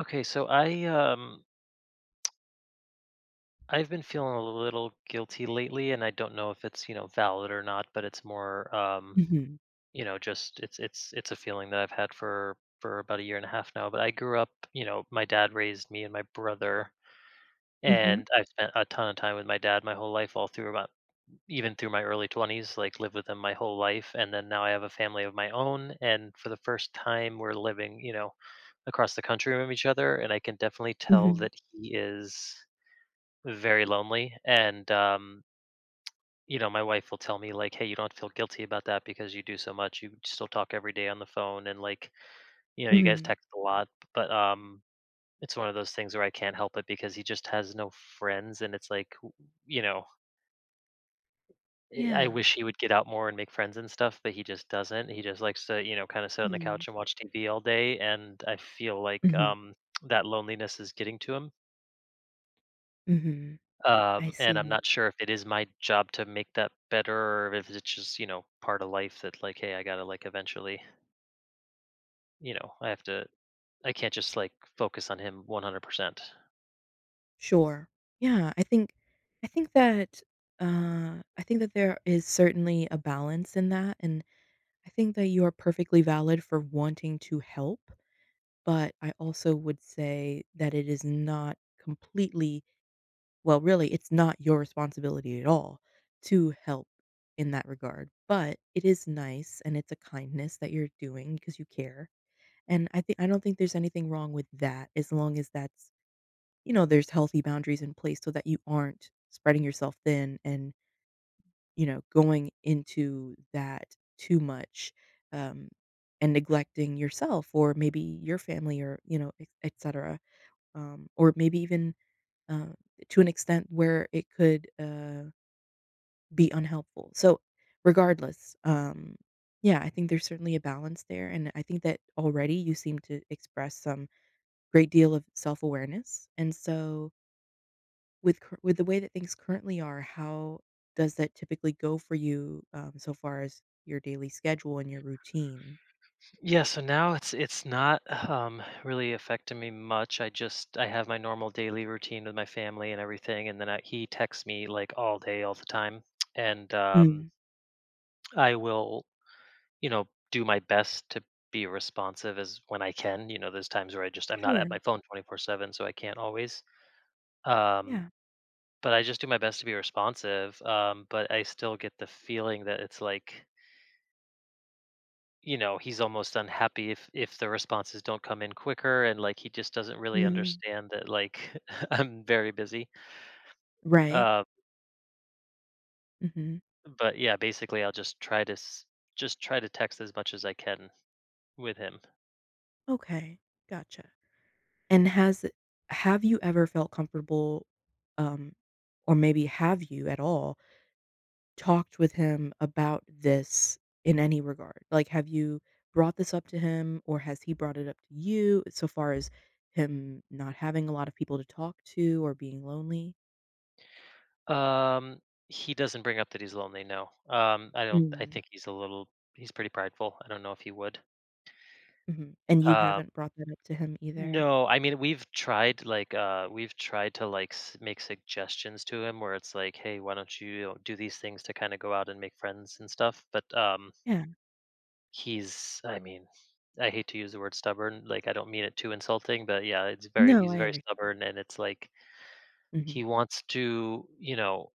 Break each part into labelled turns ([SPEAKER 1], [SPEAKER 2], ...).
[SPEAKER 1] Okay, so I've been feeling a little guilty lately and I don't know if it's, you know, valid or not, but it's more um,
[SPEAKER 2] Mhm.
[SPEAKER 1] you know, just it's it's it's a feeling that I've had for about a year and a half now, but I grew up, you know, my dad raised me and my brother
[SPEAKER 2] Mhm.
[SPEAKER 1] and I've spent a ton of time with my dad my whole life all through about even through my early 20s, like lived with him my whole life. And then now I have a family of my own, and for the first time we're living, you know, across the country from each other, and I can definitely tell
[SPEAKER 2] Mhm.
[SPEAKER 1] that he is very lonely. And you know, my wife will tell me, like, "Hey, you don't feel guilty about that because you do so much. You still talk every day on the phone, and like, you know, you guys
[SPEAKER 2] Mhm.
[SPEAKER 1] text a lot." But it's one of those things where I can't help it because he just has no friends, and it's like, you know I
[SPEAKER 2] Yeah.
[SPEAKER 1] wish he would get out more and make friends and stuff, but he just doesn't. He just likes to, you know, kind of sit on the
[SPEAKER 2] Mhm.
[SPEAKER 1] couch and watch TV all day, and I feel like
[SPEAKER 2] Mhm.
[SPEAKER 1] that loneliness is getting to him.
[SPEAKER 2] Mhm. I
[SPEAKER 1] And I'm
[SPEAKER 2] see.
[SPEAKER 1] not sure if it is my job to make that better, or if it's just, you know, part of life that, like, hey, I gotta, like, eventually, you know, I have to I can't just like focus on him 100%.
[SPEAKER 2] Sure. Yeah, I think that, I think that there is certainly a balance in that, and I think that you are perfectly valid for wanting to help, but I also would say that it is not completely well, really, it's not your responsibility at all to help in that regard, but it is nice and it's a kindness that you're doing because you care. And I don't think there's anything wrong with that as long as that's you know, there's healthy boundaries in place so that you aren't spreading yourself thin and, you know, going into that too much, um, and neglecting yourself or maybe your family or, you know, et cetera. Or maybe even, uh, to an extent where it could, be unhelpful. So, regardless, yeah, I think there's certainly a balance there, and I think that already you seem to express some great deal of self-awareness, and so with cur with the way that things currently are, how does that typically go for you, so far as your daily schedule and your routine?
[SPEAKER 1] Yeah, so now it's not really affecting me much. I just I have my normal daily routine with my family and everything, and then he texts me like all day all the time. And um
[SPEAKER 2] Mm.
[SPEAKER 1] I will, you know, do my best to be responsive as when I can. You know, there's times where I'm not at my
[SPEAKER 2] Sure.
[SPEAKER 1] phone 24/7, so I can't always. Um,
[SPEAKER 2] Yeah.
[SPEAKER 1] but I just do my best to be responsive. But I still get the feeling that it's like, you know, he's almost unhappy if the responses don't come in quicker, and like, he just doesn't really
[SPEAKER 2] Mhm.
[SPEAKER 1] understand that, like, I'm very busy.
[SPEAKER 2] Right.
[SPEAKER 1] Uh,
[SPEAKER 2] Mhm.
[SPEAKER 1] but yeah, basically, I'll just just try to text as much as I can with him.
[SPEAKER 2] Okay. Gotcha. And has have you ever felt comfortable, um, or maybe have you at all talked with him about this in any regard? Like, have you brought this up to him or has he brought it up to you so far as him not having a lot of people to talk to or being lonely?
[SPEAKER 1] Um, he doesn't bring up that he's lonely, no. I don't I
[SPEAKER 2] Mm,
[SPEAKER 1] think he's a little he's pretty prideful. I don't know if he would.
[SPEAKER 2] mhm, and you
[SPEAKER 1] Uh,
[SPEAKER 2] haven't brought that up to him either?
[SPEAKER 1] no, I mean, we've tried like we've tried to make suggestions to him where it's like, "Hey, why don't, you know, do these things to kind of go out and make friends and stuff?" But
[SPEAKER 2] Yeah.
[SPEAKER 1] he's, I mean, I hate to use the word stubborn. Like, I don't mean it too insulting, but yeah, it's very
[SPEAKER 2] No,
[SPEAKER 1] he's
[SPEAKER 2] I
[SPEAKER 1] very
[SPEAKER 2] under
[SPEAKER 1] stubborn, and it's like, he
[SPEAKER 2] mhm,
[SPEAKER 1] wants to, you know,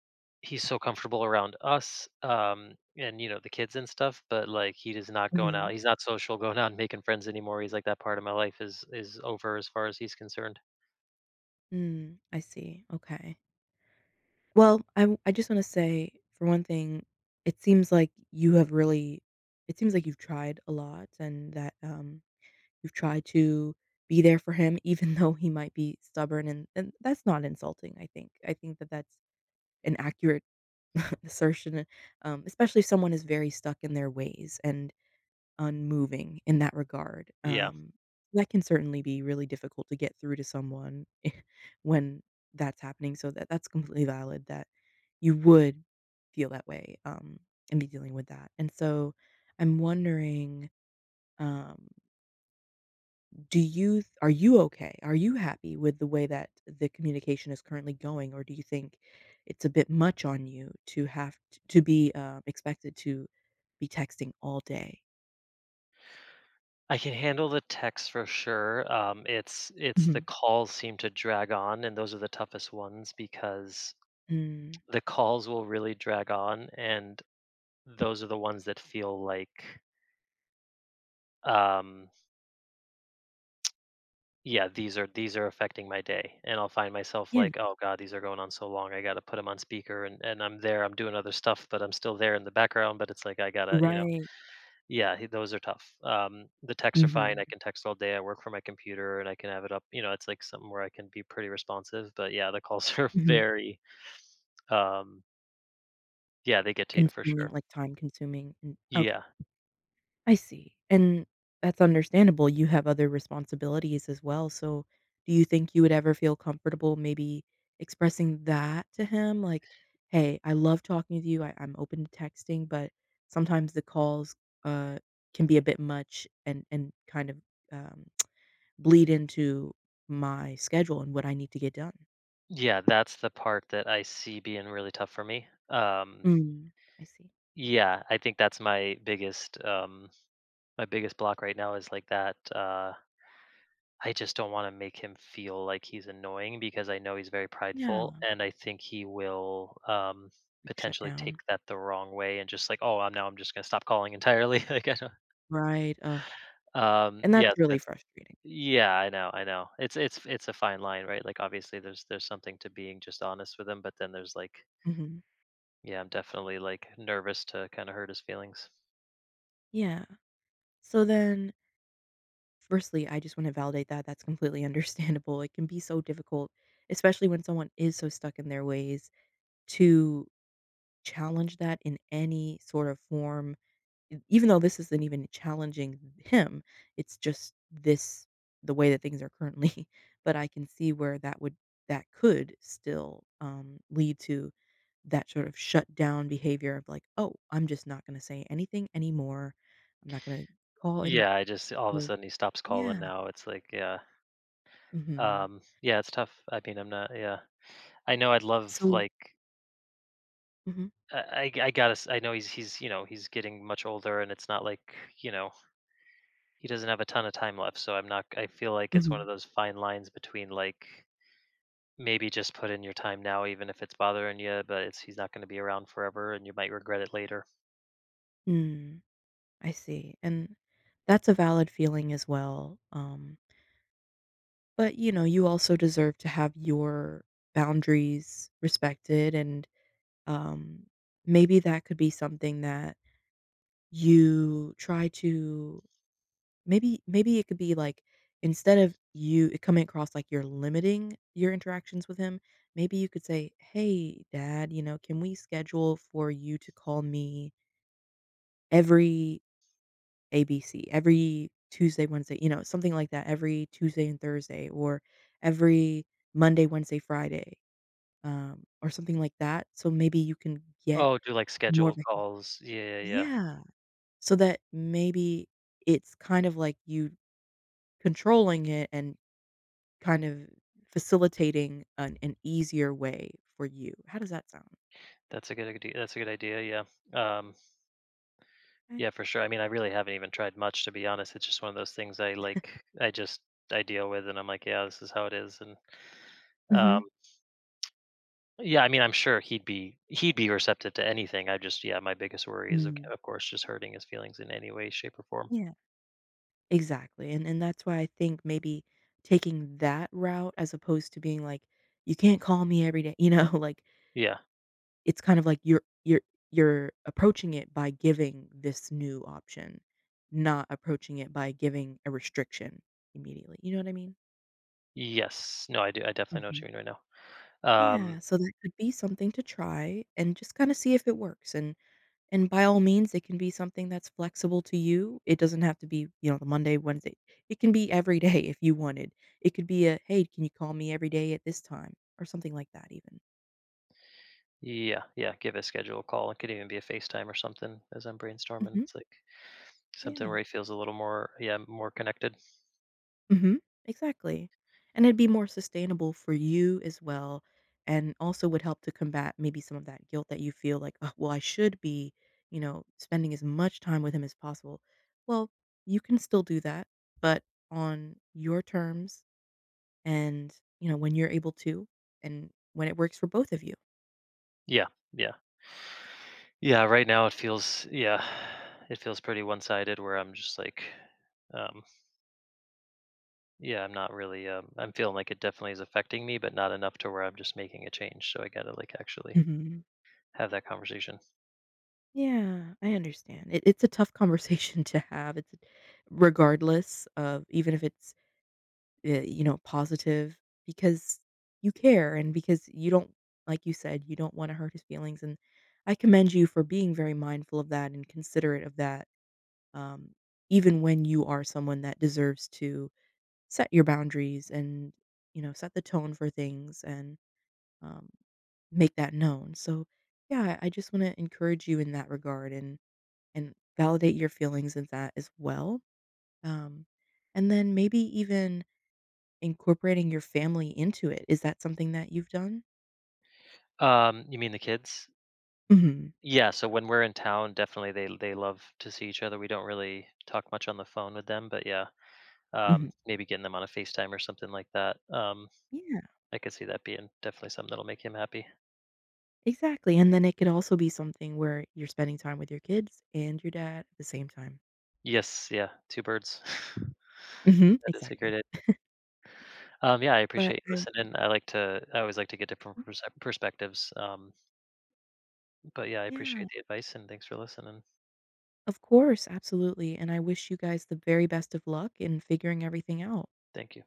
[SPEAKER 1] he's so comfortable around us, and, you know, the kids and stuff, but, like, he is not going out.
[SPEAKER 2] mhm,
[SPEAKER 1] He's not social, going out and making friends anymore. He's like, "That part of my life is over as far as he's concerned."
[SPEAKER 2] mm, I see, okay. Well, I just wanna say, for one thing, it seems like you have really it seems like you've tried a lot and that, um. You've tried to be there for him even though he might be stubborn, and that's not insulting, I think. I think that that's an accurate assertion, especially if someone is very stuck in their ways and unmoving in that regard.
[SPEAKER 1] Yeah.
[SPEAKER 2] That can certainly be really difficult to get through to someone when that's happening. So that's completely valid that you would feel that way and be dealing with that. And so I'm wondering. Um, Do you are you okay? Are you happy with the way that the communication is currently going, or do you think it's a bit much on you to have to be expected to be texting all day?
[SPEAKER 1] I can handle the texts for sure. It's the
[SPEAKER 2] Mhm.
[SPEAKER 1] calls seem to drag on, and those are the toughest ones because
[SPEAKER 2] Mm,
[SPEAKER 1] the calls will really drag on, and those are the ones that feel like, um yeah, these are affecting my day, and I'll find myself
[SPEAKER 2] yeah,
[SPEAKER 1] like, "Oh god, these are going on so long. I got to put them on speaker," and I'm there, I'm doing other stuff, but I'm still there in the background. But it's like, I gotta, you know,
[SPEAKER 2] right.
[SPEAKER 1] yeah, those are tough. The texts are fine.
[SPEAKER 2] Hmm.
[SPEAKER 1] I can text all day. I work from my computer, and I can have it up. You know, it's like something where I can be pretty responsive. But yeah, the calls are
[SPEAKER 2] Hmm.
[SPEAKER 1] very, um, yeah, they get to you for
[SPEAKER 2] Consuming,
[SPEAKER 1] sure.
[SPEAKER 2] like time consuming. Mm. Okay.
[SPEAKER 1] Yeah,
[SPEAKER 2] I see, and that's understandable, you have other responsibilities as well, so do you think you would ever feel comfortable maybe expressing that to him? Like, "Hey, I love talking to you, I'm open to texting, but sometimes the calls, uh, can be a bit much and kind of, um, bleed into my schedule and what I need to get done."
[SPEAKER 1] yeah, that's the part that I see being really tough for me.
[SPEAKER 2] Mm, I see.
[SPEAKER 1] Yeah, I think that's my biggest. My biggest block right now is like that I just don't want to make him feel like he's annoying because I know he's very
[SPEAKER 2] Yeah,
[SPEAKER 1] prideful,
[SPEAKER 2] like,
[SPEAKER 1] and I think he will
[SPEAKER 2] shut
[SPEAKER 1] potentially take
[SPEAKER 2] down.
[SPEAKER 1] that the wrong way and just like, "Oh, I'm now I'm just going to stop calling entirely." like I don't-
[SPEAKER 2] Right, ugh, and
[SPEAKER 1] Yes,
[SPEAKER 2] that's really
[SPEAKER 1] that's
[SPEAKER 2] frustrating.
[SPEAKER 1] yeah I know. It's it's a fine line, right? Like, obviously there's something to being just honest with him, but then there's like,
[SPEAKER 2] Mhm.
[SPEAKER 1] yeah, I'm definitely like nervous to kind of hurt his feelings.
[SPEAKER 2] Yeah. So then firstly, I just wanna validate that, that's completely understandable. It can be so difficult, especially when someone is so stuck in their ways, to challenge that in any sort of form, e even though this isn't even challenging him, it's just this the way that things are currently, but I can see where that would that could still, lead to that sort of shut down behavior of like, "Oh, I'm just not gonna say anything anymore. I'm not gonna call anymore."
[SPEAKER 1] Yeah, I just all of
[SPEAKER 2] You
[SPEAKER 1] a
[SPEAKER 2] know.
[SPEAKER 1] sudden he stops calling
[SPEAKER 2] Yeah.
[SPEAKER 1] now, it's like, yeah.
[SPEAKER 2] Mhm.
[SPEAKER 1] Yeah, it's tough. I mean, I'm not. Yeah, I know. I'd love
[SPEAKER 2] So
[SPEAKER 1] like,
[SPEAKER 2] mhm,
[SPEAKER 1] I I know he's, you know, he's getting much older, and it's not like, you know, he doesn't have a ton of time left. So I'm not. I feel like it's one of
[SPEAKER 2] mhm,
[SPEAKER 1] those fine lines between like, maybe just put in your time now, even if it's bothering you, but it's he's not going to be around forever, and you might regret it later.
[SPEAKER 2] mm, I see, and that's a valid feeling as well, but, you know, you also deserve to have your boundaries respected and, um, maybe that could be something that you try to maybe it could be, like, instead of you it coming across like you're limiting your interactions with him, maybe you could say, "Hey, dad, you know, can we schedule for you to call me every ABC every Tuesday, Wednesday, you know, something like that every Tuesday and Thursday or every Monday, Wednesday, Friday, or something like that. So maybe you can get
[SPEAKER 1] Oh, do like
[SPEAKER 2] more
[SPEAKER 1] scheduled
[SPEAKER 2] of a"
[SPEAKER 1] calls. Yeah, yeah, yeah.
[SPEAKER 2] Yeah. So that maybe it's kind of like you controlling it and kind of facilitating an easier way for you. How does that sound?
[SPEAKER 1] That's a good idea. That's a good idea. Yeah.
[SPEAKER 2] Okay.
[SPEAKER 1] Yeah, for sure. I mean, I really haven't even tried much, to be honest. It's just one of those things I just I deal with, and I'm like, yeah, this is how it is. And
[SPEAKER 2] Mhm.
[SPEAKER 1] um yeah, I mean, I'm sure he'd be receptive to anything. I just, yeah, my biggest worry is, of,
[SPEAKER 2] Mm.
[SPEAKER 1] of course, just hurting his feelings in any way, shape or form.
[SPEAKER 2] Yeah. Exactly, and that's why I think maybe taking that route as opposed to being like, "You can't call me every day," you know, like,
[SPEAKER 1] Yeah.
[SPEAKER 2] it's kind of like you're approaching it by giving this new option, not approaching it by giving a restriction immediately, you know what I mean?
[SPEAKER 1] Yes. No, I do I definitely know what
[SPEAKER 2] Mhm.
[SPEAKER 1] you mean right now. Um
[SPEAKER 2] Yeah, so that could be something to try and just kinda see if it works and. And by all means, it can be something that's flexible to you. It doesn't have to be, you know, the Monday, Wednesday. It can be every day if you wanted. It could be a, hey, can you call me every day at this time or something like that, even.
[SPEAKER 1] yeah, give a schedule a call. It could even be a FaceTime or something, as I'm brainstorming.
[SPEAKER 2] Hmm.
[SPEAKER 1] It's like something where
[SPEAKER 2] Yeah.
[SPEAKER 1] he feels a little more, yeah, more connected.
[SPEAKER 2] Hmm. Exactly. And it'd be more sustainable for you as well. And also would help to combat maybe some of that guilt that you feel like, oh, well, I should be, you know, spending as much time with him as possible. Well, you can still do that, but on your terms. And, you know, when you're able to and when it works for both of you.
[SPEAKER 1] Yeah. Yeah. Yeah, right now it feels, yeah, it feels pretty one-sided where I'm just like, um, yeah, I'm not really I'm feeling like it definitely is affecting me, but not enough to where I'm just making a change. So I gotta like actually
[SPEAKER 2] Mhm.
[SPEAKER 1] have that conversation.
[SPEAKER 2] Yeah, I understand. It's a tough conversation to have. It's regardless of even if it's, you know, positive because you care and because you don't like you said, you don't wanna hurt his feelings, and I commend you for being very mindful of that and considerate of that, um, even when you are someone that deserves to set your boundaries and, you know, set the tone for things and um, make that known. So, yeah, I just want to encourage you in that regard and validate your feelings in that as well. Um, and then maybe even incorporating your family into it. Is that something that you've done?
[SPEAKER 1] You mean the kids?
[SPEAKER 2] Hmm.
[SPEAKER 1] Yeah, so when we're in town, definitely they love to see each other. We don't really talk much on the phone with them, but yeah,
[SPEAKER 2] Hmm.
[SPEAKER 1] maybe getting them on a FaceTime or something like that.
[SPEAKER 2] Yeah,
[SPEAKER 1] I could see that being definitely something that'll make him happy.
[SPEAKER 2] exactly. And then it could also be something where you're spending time with your kids and your dad at the same time.
[SPEAKER 1] Yes, yeah, two birds.
[SPEAKER 2] Hmm.
[SPEAKER 1] that is a
[SPEAKER 2] Exactly.
[SPEAKER 1] great Yeah, I
[SPEAKER 2] But
[SPEAKER 1] appreciate you
[SPEAKER 2] I,
[SPEAKER 1] listening. I always like to get different perspectives. But yeah, I
[SPEAKER 2] yeah,
[SPEAKER 1] appreciate the advice, and thanks for listening.
[SPEAKER 2] of course, absolutely. And I wish you guys the very best of luck in figuring everything out.
[SPEAKER 1] Thank you.